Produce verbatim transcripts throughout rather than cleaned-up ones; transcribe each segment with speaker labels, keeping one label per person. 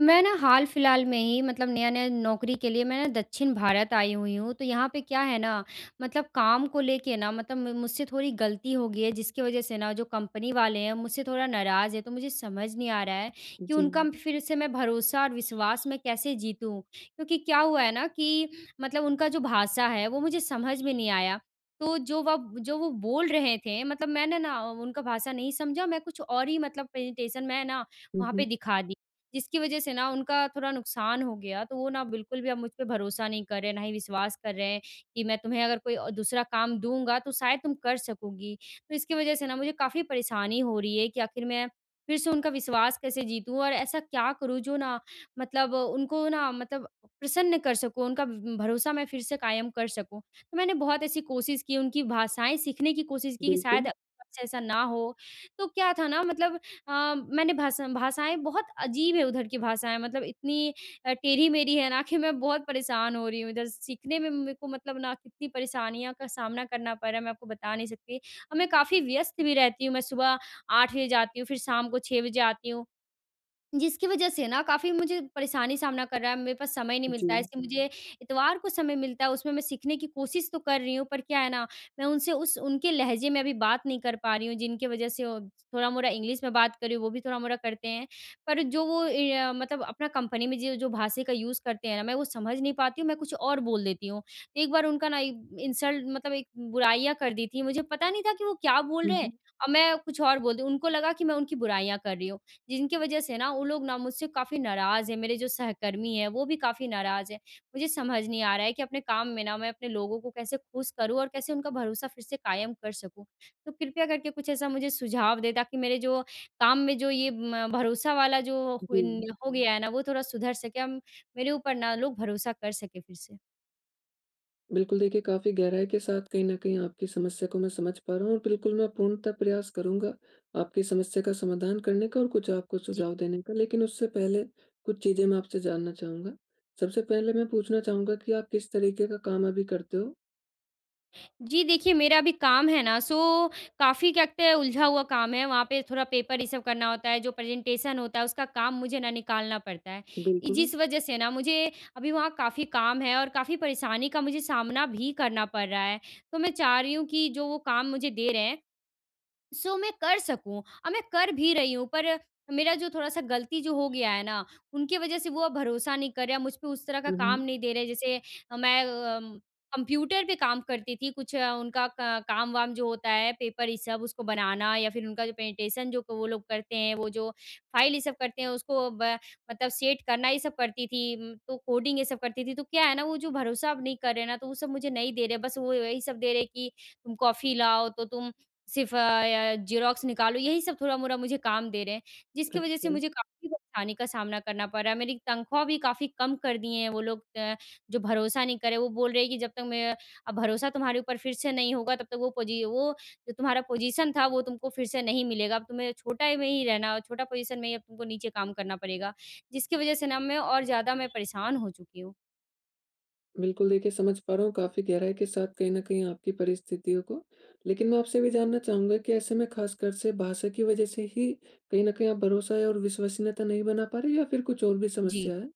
Speaker 1: मैं ना हाल-फिलहाल में ही मतलब नया-नया नौकरी के लिए मैं ना दक्षिण भारत आई हुई हूँ, तो यहाँ पे क्या है ना, मतलब काम को लेके ना, मतलब म मुझसे थोड़ी गलती हो गई है, जिसकी वजह से ना जो कंपनी वाले हैं मुझसे थोड़ा नाराज़ है। तो मुझे समझ नहीं आ रहा है कि
Speaker 2: जी।
Speaker 1: उनका फिर से मैं भरोसा और विश्वास मैं कैसे जीतूँ? क्योंकि क्या हुआ है ना कि मतलब उनका जो भाषा है वो मुझे समझ में नहीं आया। तो जो वब जो वो बोल रहे थे, मतलब मैंने ना उनका भाषा नहीं समझा, मैं कुछ और ही मतलब प्रेजेंटेशन मैं ना
Speaker 2: हुँ,
Speaker 1: वहाँ पे
Speaker 2: हुँ।
Speaker 1: दिखा दी। जिसकी वजह से ना उनका थोड़ा नुकसान हो गया, तो वो ना बिल्कुल भी अब मुझ पे भरोसा नहीं कर रहे हैं, ना ही विश्वास कर रहे हैं कि मैं तुम्हें अगर कोई अ, दूसरा काम दूँगा तो शायद तुम कर सकोगी। तो इसकी वजह से ना मुझे काफ़ी परेशानी हो रही है कि आखिर मैं फिर से उनका विश्वास कैसे जीतूँ और ऐसा क्या करूँ जो ना मतलब उनको ना मतलब प्रसन्न कर सकूँ, उनका भ भरोसा मैं फिर से कायम कर सकूँ। तो मैंने बहुत ऐसी कोशिश की, उनकी भाषाएँ सीखने की कोशिश की कि
Speaker 2: बिल्कुल।
Speaker 1: शायद अब से ऐसा ना हो। तो क्या था ना, मतलब अ, मैंने भाषा भाषाएँ बहुत अजीब है, उधर की भाषाएँ मतलब इतनी अ, टेढ़ी-मेढ़ी है ना कि मैं बहुत परेशान हो रही हूँ इधर सीखने में, मेरे को मतलब ना कितनी परेशानियों का सामना करना पड़ रहा है, मैं आपको बता नहीं सकती। और मैं काफ़ी व्यस्त भी रहती हूँ, मैं सुबह आठ बजे जाती हूँ, फिर शाम को छह बजे आती हूँ। जिसकी वजह से ना काफ़ी मुझे परेशानी सामना कर रहा है, मेरे पास समय नहीं
Speaker 2: जी।
Speaker 1: मिलता है, ऐसे मुझे इतवार को समय मिलता है, उसमें मैं सीखने की कोशिश तो कर रही हूँ, पर क्या है ना, मैं उनसे उस उनके लहजे में अभी बात नहीं कर पा रही हूँ, जिनकी वजह से वो थोड़ा-मोड़ा इंग्लिश में बात कर रही हूँ, वो भी थोड़ा-मोड़ा करते हैं। पर जो वो ए, मतलब अपना कंपनी में जो जो भाषा का यूज़ करते हैं ना, मैं वो समझ नहीं पाती हूँ, मैं कुछ और बोल देती हूँ। तो एक बार उनका ना इंसल्ट मतलब एक बुराइयाँ कर दी थी, मुझे पता नहीं था कि वो क्या बोल
Speaker 2: हुँ,
Speaker 1: रहे हैं
Speaker 2: हुँ।
Speaker 1: और मैं कुछ और बोल दी, उनको लगा कि मैं उनकी बुराइयाँ कर रही हूँ। जिनकी वजह से ना वो लोग ना मुझसे काफ़ी नाराज़ हैं, मेरे जो सहकर्मी हैं, वो भी काफ़ी नाराज़ हैं। मुझे समझ नहीं आ रहा है कि अपने काम में ना मैं अपने लोगों को कैसे खुश करूँ और कैसे उनका भरोसा फिर से कायम कर सकूँ? तो कृपया करके कुछ ऐसा मुझे सुझाव दें ताकि मेरे जो काम में जो ये म भरोसा वाला जो
Speaker 2: जी।
Speaker 1: हुन हो गया है ना, वो थोड़ा सुधर सके, अम मेरे ऊपर ना लोग भरोसा कर सकें फिर से।
Speaker 2: बिल्कुल, देखिए काफ़ी गहराई के साथ कहीं न कहीं आपकी समस्या को मैं समझ पा रहा हूँ और बिल्कुल मैं पूर्णतः प्रयास करूँगा आपकी समस्या का समाधान करने का और कुछ आपको
Speaker 1: जी।
Speaker 2: सुझाव देने का। लेकिन उससे पहले कुछ चीज़ें मैं आपसे जानना चाहूँगा। सबसे पहले मैं पूछना चाहूँगा कि आप किस तरीके का काम अभी करते हो?
Speaker 1: जी, देखिए मेरा अभी काम है ना, सो काफ़ी क्या कहते हैं उलझा हुआ काम है, वहाँ पे थोड़ा पेपर ये सब करना होता है, जो प्रेजेंटेशन होता है उसका काम मुझे ना निकालना पड़ता है। इ
Speaker 2: बिल्कुल।
Speaker 1: जिस वज़ह से ना मुझे अभी वहाँ काफ़ी काम है और काफ़ी परेशानी का मुझे सामना भी करना पड़ रहा है। तो मैं चाह रही हूँ कि जो वो काम मुझे दे रहे हैं सो मैं कर सकूँ और मैं कर भी रही हूँ, पर मेरा जो थोड़ा-सा गलती जो हो गया है ना, उनकी वज़ह से वो अब भरोसा नहीं कर रहे, मुझ पे उस तरह का
Speaker 2: हुँ,
Speaker 1: काम
Speaker 2: हुँ।
Speaker 1: नहीं दे रहे जैसे अ, मैं अम, कंप्यूटर पे काम करती थी, कुछ अ, उनका क काम-वाम जो होता है, पेपर ये सब उसको बनाना या फिर उनका जो प्रेजेंटेशन जो वो लोग करते हैं, वो जो फाइल ये सब करते हैं, उसको ब मतलब सेट करना ये सब करती थी, उम, तो कोडिंग ये सब करती थी। तो क्या है ना, वो जो भरोसा अब नहीं कर रहे ना, तो वो सब मुझे नहीं दे रहे, बस वो यही सब दे रहे कि तुम कॉफ़ी लाओ, तो तुम सिर्फ़ अ, या ज़ेरॉक्स निकालो, यही सब थोड़ा-मोड़ा मुझे काम दे रहे हैं, जिसकी वज़ह से
Speaker 2: अच्छा।
Speaker 1: मुझे काफ़ी परेशानी का सामना करना पड़ रहा है। मेरी तनख्वाह भी काफ़ी कम कर दिए हैं वो लोग अ, जो भरोसा नहीं करे, वो बोल रहे हैं कि जब तक मैं अब भरोसा तुम्हारे ऊपर फिर से नहीं होगा तब तक वो पोजी वो जो तुम्हारा पोजीशन था वो तुमको फिर से नहीं मिलेगा, अब तुम्हें छोटा ही में ही रहना, छोटा पोजीशन में ही अब तुमको नीचे काम करना पड़ेगा, जिसकी वज़ह से ना मैं और ज़्यादा मैं परेशान हो चुकी हूँ।
Speaker 2: बिल्कुल, देखिए समझ पा रहा हूँ काफ़ी गहराई के साथ कहीं न कहीं आपकी परिस्थितियों को। लेकिन मैं आपसे भी जानना चाहूँगा कि ऐसे में ख़ासकर से भाषा की वज़ह से ही कहीं न कहीं आप भरोसा और विश्वसनीयता नहीं बना पा रहे या फिर कुछ और भी
Speaker 1: जी।
Speaker 2: समस्या है?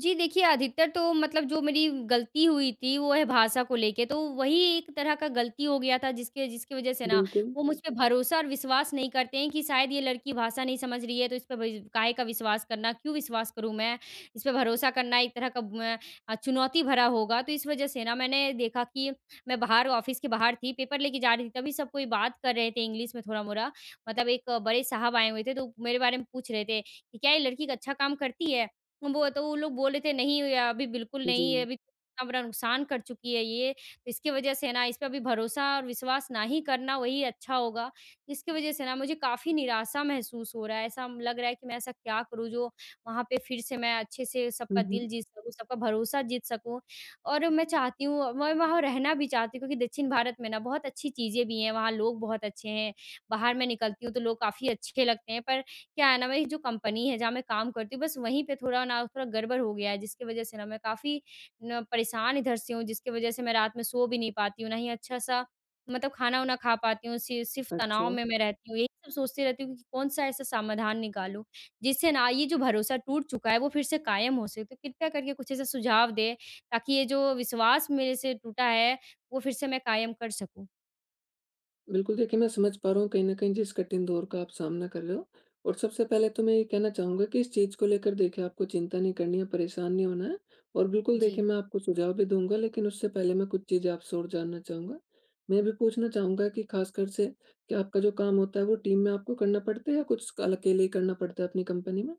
Speaker 1: जी, देखिए अधिकतर तो मतलब जो मेरी गलती हुई थी वो है भाषा को लेके, तो वही एक तरह का गलती हो गया था जिसके जिसकी वज़ह से ना
Speaker 2: बिल्कुल।
Speaker 1: वो मुझ पे भरोसा और विश्वास नहीं करते हैं कि शायद ये लड़की भाषा नहीं समझ रही है, तो इस पे भई काहे का विश्वास करना, क्यों विश्वास करूँ मैं? इस पे भरोसा करना एक तरह का म अ, चुनौती भरा होगा, तो इस वज़ह से ना मैंने देखा कि मैं बाहर ऑफ़िस के बाहर थी, पेपर लेके जा रही थी, तभी सब कोई बात कर रहे थे इंग्लिश में थोड़ा-मोड़ा। मतलब एक अ, बड़े साहब आए हुए थे तो मेरे बारे में पूछ रहे थे कि, "क्या ये लड़की एक अच्छा काम करती है?" वो तो वो लोग बोल रहे थे, "नहीं, या अभी बिल्कुल
Speaker 2: जी।
Speaker 1: नहीं है, अभी तो इतना बड़ा नुकसान कर चुकी है ये, तो इसकी वजह से ना इस पे अभी भरोसा और विश्वास ना ही करना वही अच्छा होगा।" जिसकी वजह से ना मुझे काफ़ी निराशा महसूस हो रहा है, ऐसा लग रहा है कि मैं ऐसा क्या करूँ जो वहाँ पे फिर से मैं अच्छे से
Speaker 2: हुँ,
Speaker 1: सबका
Speaker 2: हुँ।
Speaker 1: दिल जीत सकूँ, सबका भरोसा जीत सकूँ। और मैं चाहती हूँ, मैं वहाँ रहना भी चाहती हूँ, क्योंकि दक्षिण भारत में ना बहुत अच्छी चीज़ें भी हैं, वहाँ लोग बहुत अच्छे हैं, बाहर मैं निकलती हूँ तो लोग काफ़ी अच्छे लगते हैं, पर क्या है ना, मेरी जो कंपनी है जहाँ मैं काम करती हूँ बस वहीं पे थोड़ा ना थोड़ा गड़बड़ हो गया है, जिसकी वज़ह से ना मैं काफ़ी न परेशान इधर से हूँ, जिसकी वज़ह से मैं रात में सो भी नहीं पाती हूँ, ना ही अच्छा-सा मतलब खाना-वाना खा पाती हूँ, सि सिर्फ़ तनाव
Speaker 2: अच्छा।
Speaker 1: में मैं रहती हूँ। यही सब सोचती रहती हूँ कि कौन-सा ऐसा समाधान निकालूँ, जिससे ना ये जो भरोसा टूट चुका है वो फिर से कायम हो सके। तो कृपया करके कुछ ऐसा सुझाव दें ताकि ये जो विश्वास मेरे से टूटा है वो फिर से मैं कायम कर सकूँ।
Speaker 2: बिल्कुल, देखिए मैं समझ पा रहा हूँ कहीं न कहीं जिस कठिन दौर का आप सामना कर रहे हो। और सबसे पहले तो मैं ये कहना चाहूँगा कि इस चीज़ को लेकर देखिए आपको चिंता नहीं करनी है, परेशान नहीं होना है और बिल्कुल देखिए
Speaker 1: जी।
Speaker 2: मैं आपको सुझाव भी दूँगा, लेकिन उससे पहले मैं कुछ चीज़ें आपसे और जानना चाहूँगा। मैं ये भी पूछना चाहूँगा कि ख़ासकर से क्या आपका जो काम होता है वो टीम में आपको करना पड़ता है या कुछ अकेले ही करना पड़ता है अपनी कंपनी में?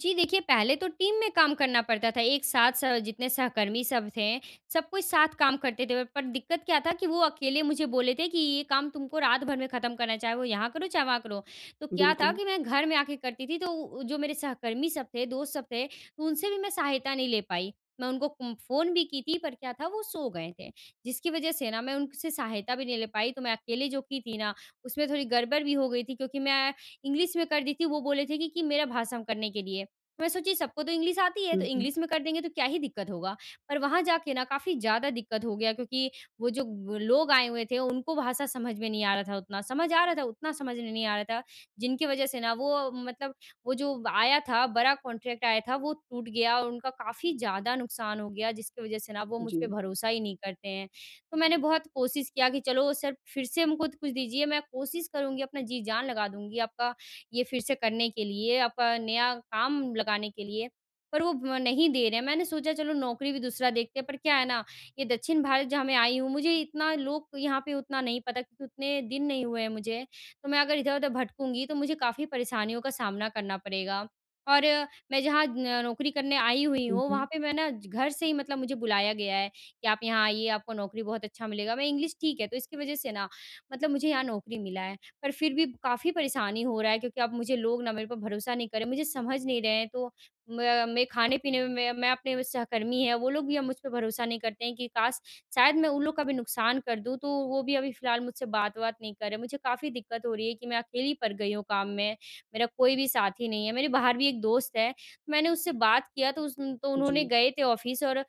Speaker 1: जी, देखिए, पहले तो टीम में काम करना पड़ता था, एक साथ स जितने सहकर्मी सब थे, सब कोई साथ काम करते थे। पर दिक्कत क्या था कि वो अकेले मुझे बोले थे कि ये काम तुमको रात भर में ख़त्म करना है, चाहे वो यहाँ करो, चाहे वहाँ करो। तो क्या था
Speaker 2: बिल्कुल।
Speaker 1: कि मैं घर में आके करती थी, तो उ जो मेरे सहकर्मी सब थे, दोस्त सब थे, तो उनसे भी मैं सहायता नहीं ले पाई। मैं उनको कुम फ़ोन भी की थी, पर क्या था वो सो गए थे, जिसकी वजह से ना मैं उनसे सहायता भी नहीं ले पाई। तो मैं अकेले जो की थी ना, उसमें थोड़ी गड़बड़ भी हो गई थी क्योंकि मैं इंग्लिश में कर दी थी, वो बोले थे कि कि मेरा भाषण करने के लिए। तो मैं सोची सबको तो इंग्लिश आती है, तो
Speaker 2: हुँ, हुँ।
Speaker 1: इंग्लिश में कर देंगे तो क्या ही दिक्कत होगा। पर वहाँ जाके ना काफ़ी ज़्यादा दिक्कत हो गया क्योंकि वो जो ब लोग आए हुए थे, उनको भाषा समझ में नहीं आ रहा था उतना। समझ आ रहा था, उतना समझ में नहीं आ रहा था, जिनकी वज़ह से ना वो मतलब वो जो आया था, बड़ा कॉन्ट्रैक्ट आया था, वो टूट गया और उनका काफ़ी ज़्यादा नुकसान हो गया, जिसकी वज़ह से ना वो मुझ
Speaker 2: जी।
Speaker 1: पे भरोसा ही नहीं करते हैं। तो मैंने बहुत कोशिश किया कि चलो सर, फिर से हमको कुछ दीजिए, मैं कोशिश करूँगी, अपना जी जान लगा दूँगी, आपका ये फिर से करने के लिए, आपका नया काम लगाने के लिए, पर वो ब नहीं दे रहे हैं। मैंने सोचा चलो नौकरी भी दूसरा देखते हैं, पर क्या है ना, ये दक्षिण भारत जहाँ मैं आई हूँ, मुझे इतना लोग यहाँ पे उतना नहीं पता, क्योंकि उतने दिन नहीं हुए हैं मुझे। तो मैं अगर इधर-उधर भटकूँगी तो मुझे काफ़ी परेशानियों का सामना करना पड़ेगा और अ, मैं जहाँ न नौकरी करने आई हुई
Speaker 2: हुँ,
Speaker 1: हूँ, वहाँ
Speaker 2: हुँ।
Speaker 1: पे मैं ना ज- घर से ही मतलब मुझे बुलाया गया है कि आप यहाँ आइए, आपको नौकरी बहुत अच्छा मिलेगा। मैं इंग्लिश ठीक है, तो इसकी वज़ह से ना मतलब मुझे यहाँ नौकरी मिला है। पर फिर भी काफ़ी परेशानी हो रहा है क्योंकि अब मुझे लोग ना मेरे पर भरोसा नहीं कर रहे, मुझे समझ नहीं रहे हैं। तो मैं मैं खाने-पीने में मैं मैं अपने सहकर्मी हैं, वो लोग भी अब मुझ पे भरोसा नहीं करते हैं कि काश शायद मैं उन लोग का भी नुकसान कर दूँ, तो वो भी अभी फ़िलहाल मुझसे बात-वात नहीं कर रहे। मुझे काफ़ी दिक्कत हो रही है कि मैं अकेली पड़ गई हूँ काम में, मेरा कोई भी साथी नहीं है। मेरे बाहर भी एक दोस्त है, तो मैंने उससे बात किया तो उस तो
Speaker 2: जी।
Speaker 1: उन्होंने गए थे ऑफ़िस और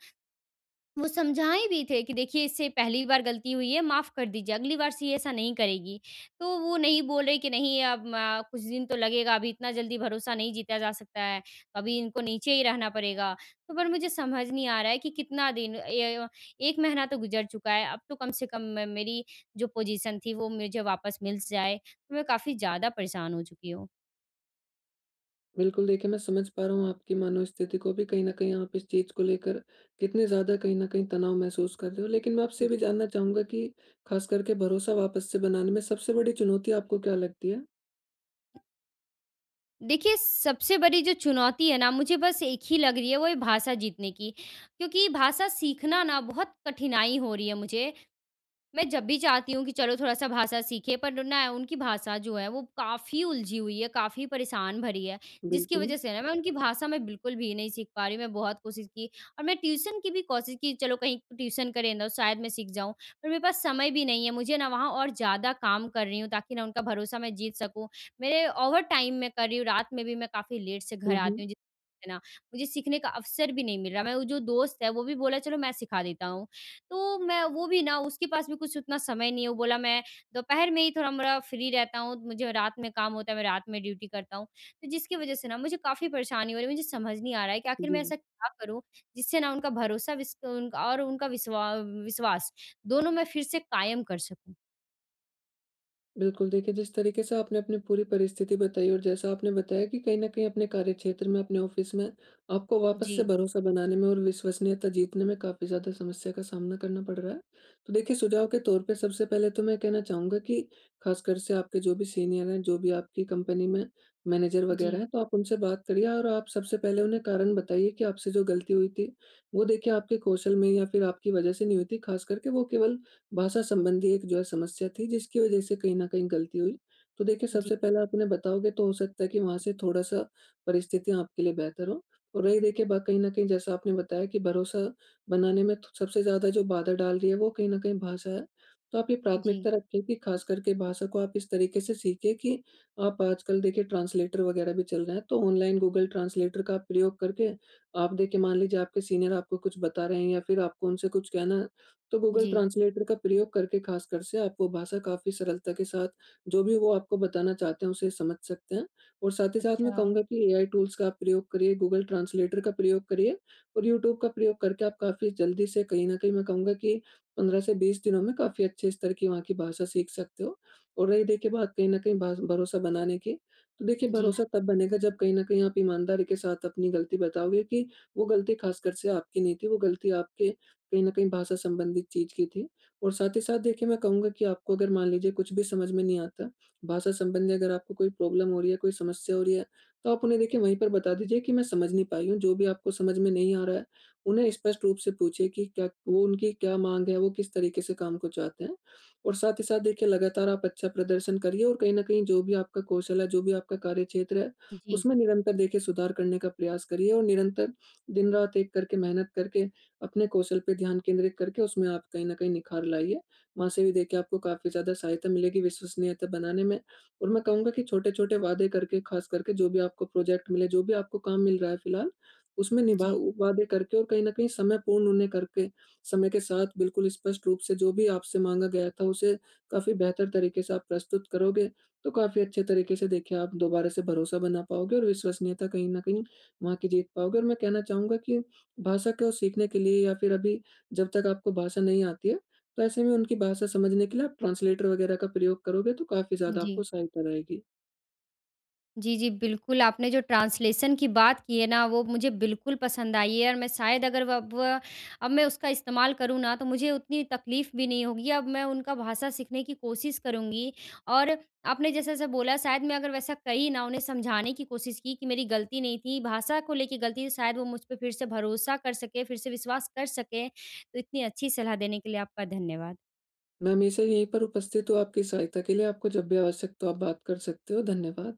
Speaker 1: वो समझाए भी थे कि देखिए इससे पहली बार गलती हुई है, माफ़ कर दीजिए, अगली बार से ये ऐसा नहीं करेगी। तो वो नहीं बोल रही कि नहीं अब अ, कुछ दिन तो लगेगा, अभी इतना जल्दी भरोसा नहीं जीता जा सकता है, तो अभी इनको नीचे ही रहना पड़ेगा। तो पर मुझे समझ नहीं आ रहा है कि कितना दिन ए एक महीना तो गुज़र चुका है, अब तो कम से कम म मेरी जो पोज़ीशन थी वो मुझे वापस मिल जाए। तो मैं काफ़ी ज़्यादा परेशान हो चुकी हूँ।
Speaker 2: बिल्कुल, देखिए मैं समझ पा रहा हूँ आपकी मनोस्थिति को भी, कहीं न कहीं आप इस चीज़ को लेकर कितने ज़्यादा कहीं न कहीं तनाव महसूस कर रहे हो। लेकिन मैं आपसे ये भी
Speaker 1: जी।
Speaker 2: जानना चाहूँगा कि ख़ास करके भरोसा वापस से बनाने में सबसे बड़ी चुनौती आपको क्या लगती है?
Speaker 1: देखिए, सबसे बड़ी जो चुनौती है ना, मुझे बस एक ही लग रही है, वो है भाषा जीतने की। क्योंकि भाषा सीखना ना बहुत कठिनाई हो रही है मुझे। मैं जब भी चाहती हूँ कि चलो थोड़ा-सा भाषा सीखें, पर ना उनकी भाषा जो है वो काफ़ी उलझी हुई है, काफ़ी परेशान भरी है, जिसकी
Speaker 2: बिल्कुल।
Speaker 1: वज़ह से ना मैं उनकी भाषा में बिल्कुल भी नहीं सीख पा रही हूँ। मैं बहुत कोशिश की और मैं ट्यूशन की भी कोशिश की, चलो कहीं ट्यूशन करें ना शायद मैं सीख जाऊँ, पर मेरे पास समय भी नहीं है। मुझे ना वहाँ और ज़्यादा काम कर रही हूँ ताकि ना उनका भरोसा मैं जीत सकूँ। मेरे ओवर टाइम मैं कर रही हूँ, रात में भी मैं काफ़ी लेट से घर
Speaker 2: हुँ, हुँ।
Speaker 1: आती हूँ, जिससे ना मुझे सीखने का अवसर भी नहीं मिल रहा। मैं वो जो दोस्त है वो भी बोला चलो मैं सिखा देता हूँ, तो मैं वो भी ना उसके पास भी कुछ उतना समय नहीं है, वो बोला मैं दोपहर में ही थोड़ा-मोड़ा फ्री रहता हूँ, मुझे रात में काम होता है, मैं रात में ड्यूटी करता हूँ। तो जिसकी वज़ह से ना मुझे काफ़ी परेशानी हो रही है, मुझे समझ नहीं आ रहा है कि आखिर
Speaker 2: जी।
Speaker 1: मैं ऐसा क्या करूँ, जिससे ना उनका भरोसा विस उनका और उनका विश्वा विश्वास दोनों मैं फिर से कायम कर सकूँ?
Speaker 2: बिल्कुल, देखिए जिस तरीके से आपने अपनी पूरी परिस्थिति बताई और जैसा आपने बताया कि कहीं न कहीं अपने कार्यक्षेत्र में, अपने ऑफ़िस में आपको वापस से
Speaker 1: जी,
Speaker 2: भरोसा बनाने में और विश्वसनीयता जीतने में काफ़ी ज़्यादा समस्या का सामना करना पड़ रहा है। तो देखिए, सुझाव के तौर पे सबसे पहले तो मैं कहना चाहूँगा कि ख़ासकर से आपके जो भी सीनियर हैं, जो भी आपकी कंपनी में मैनेजर वग़ैरह
Speaker 1: जी,
Speaker 2: हैं, तो आप उनसे बात करिए और आप सबसे पहले उन्हें कारण बताइए कि आपसे जो गलती हुई थी, वो देखिए आपके कौशल में या फिर आपकी वज़ह से नहीं हुई थी। ख़ास करके वो केवल भाषा संबंधी एक जो है समस्या थी, जिसकी वजह से कहीं न कहीं गलती हुई। तो देखिए,
Speaker 1: जी,
Speaker 2: सबसे पहले आप उन्हें बताओगे तो हो सकता है कि वहाँ से थोड़ा-सा परिस्थितियाँ आपके लिए बेहतर हों। और रही देखिए बात, कहीं न कहीं जैसा आपने बताया कि भरोसा बनाने में तो सबसे ज़्यादा जो बाधा डाल रही है वो कहीं न कहीं भाषा है। तो आप ये प्राथमिकता
Speaker 1: जी,
Speaker 2: रखें कि ख़ास करके भाषा को आप इस तरीके से सीखें कि आप आजकल देखिए ट्रांसलेटर वग़ैरह भी चल रहे हैं, तो ऑनलाइन गूगल ट्रांसलेटर का आप प्रयोग करके, आप देखिए, मान लीजिए आपके सीनियर आपको कुछ बता रहे हैं या फ़िर आपको उनसे कुछ कहना, तो गूगल
Speaker 1: जी।
Speaker 2: ट्रांसलेटर का प्रयोग करके खासकर से आप वो भाषा काफ़ी सरलता के साथ, जो भी वो आपको बताना चाहते हैं उसे समझ सकते हैं। और साथ ही साथ मैं
Speaker 1: अच्छा।
Speaker 2: कहूँगा कि एआई टूल्स का आप प्रयोग करिए, गूगल ट्रांसलेटर का प्रयोग करिए और यूट्यूब का प्रयोग करके आप काफ़ी जल्दी से कहीं न कहीं, मैं कहूँगा कि पंद्रह से बीस दिनों में काफ़ी अच्छे स्तर की वहाँ की भाषा सीख सकते हो। और रही देखिए बात कहीं न कहीं भास भरोसा बनाने की, तो देखिए
Speaker 1: जी,
Speaker 2: भरोसा तब बनेगा जब कहीं न कहीं आप ईमानदारी के साथ अपनी गलती बताओगे कि वो गलती खासकर से आपकी नहीं थी, वो गलती आपके कहीं न कहीं भाषा संबंधित चीज़ की थी। और साथ ही साथ देखिए मैं कहूँगा कि आपको अगर मान लीजिए कुछ भी समझ में नहीं आता, भाषा संबंधी अगर आपको कोई प्रॉब्लम हो रही है, कोई समस्या हो रही है, तो आप उन्हें देखिए वहीं पर बता दीजिए कि मैं समझ नहीं पाई हूँ। जो भी आपको समझ में नहीं आ रहा है, उन्हें स्पष्ट रूप से पूछिए कि क्या वो, उनकी क्या माँग है, वो किस तरीके से काम को चाहते हैं। और साथ ही साथ देखिए, लगातार आप अच्छा प्रदर्शन करिए और कहीं न कहीं जो भी आपका कौशल है, जो भी आपका कार्यक्षेत्र है,
Speaker 1: जी,
Speaker 2: उसमें निरंतर देखिए सुधार करने का प्रयास करिए और निरंतर दिन-रात एक करके मेहनत करके अपने कौशल पे ध्यान केंद्रित करके उसमें आप कहीं न कहीं निखार लाइए। वहाँ से भी देखिए आपको काफ़ी ज़्यादा सहायता मिलेगी विश्वसनीयता बनाने में। और मैं कहूँगा कि छोटे-छोटे वादे करके, ख़ास करके जो भी आपको प्रोजेक्ट मिले, जो भी आपको काम मिल रहा है फ़िलहाल, उसमें निभा
Speaker 1: जी,
Speaker 2: वादे करके और कहीं न कहीं समय पूर्ण उन्हें करके, समय के साथ बिल्कुल स्पष्ट रूप से जो भी आपसे माँगा गया था उसे काफ़ी बेहतर तरीके से आप प्रस्तुत करोगे, तो काफ़ी अच्छे तरीके से देखिए आप दोबारा से भरोसा बना पाओगे और विश्वसनीयता कहीं न कहीं वहाँ की जीत पाओगे। और मैं कहना चाहूँगा कि भाषा को सीखने के लिए या फिर अभी जब तक आपको भाषा नहीं आती है, तो ऐसे में उनकी भाषा समझने के लिए आप ट्रांसलेटर वगैरह का प्रयोग करोगे तो काफ़ी ज़्यादा आपको
Speaker 1: जी।
Speaker 2: सहायता रहेगी।
Speaker 1: जी, जी, बिल्कुल, आपने जो ट्रांसलेशन की बात की है ना, वो मुझे बिल्कुल पसंद आई है और मैं शायद अगर वह- अब वह- अब मैं उसका इस्तेमाल करूँ ना, तो मुझे उतनी तकलीफ़ भी नहीं होगी। अब मैं उनका भाषा सीखने की कोशिश करूँगी और आपने जैसा-जैसा बोला, शायद मैं अगर वैसा करी ना, उन्हें समझाने की कोशिश की कि मेरी गलती नहीं थी, भाषा को लेके गलती थी, तो शायद वो मुझ पे फिर से भरोसा कर सकें, फिर से विश्वास कर सकें। तो इतनी अच्छी सलाह देने के लिए आपका धन्यवाद।
Speaker 2: मैं हमेशा यहीं पर उपस्थित हूँ आपकी सहायता के लिए, आपको जब भी आवश्यक हो आप बात कर सकते हो। धन्यवाद।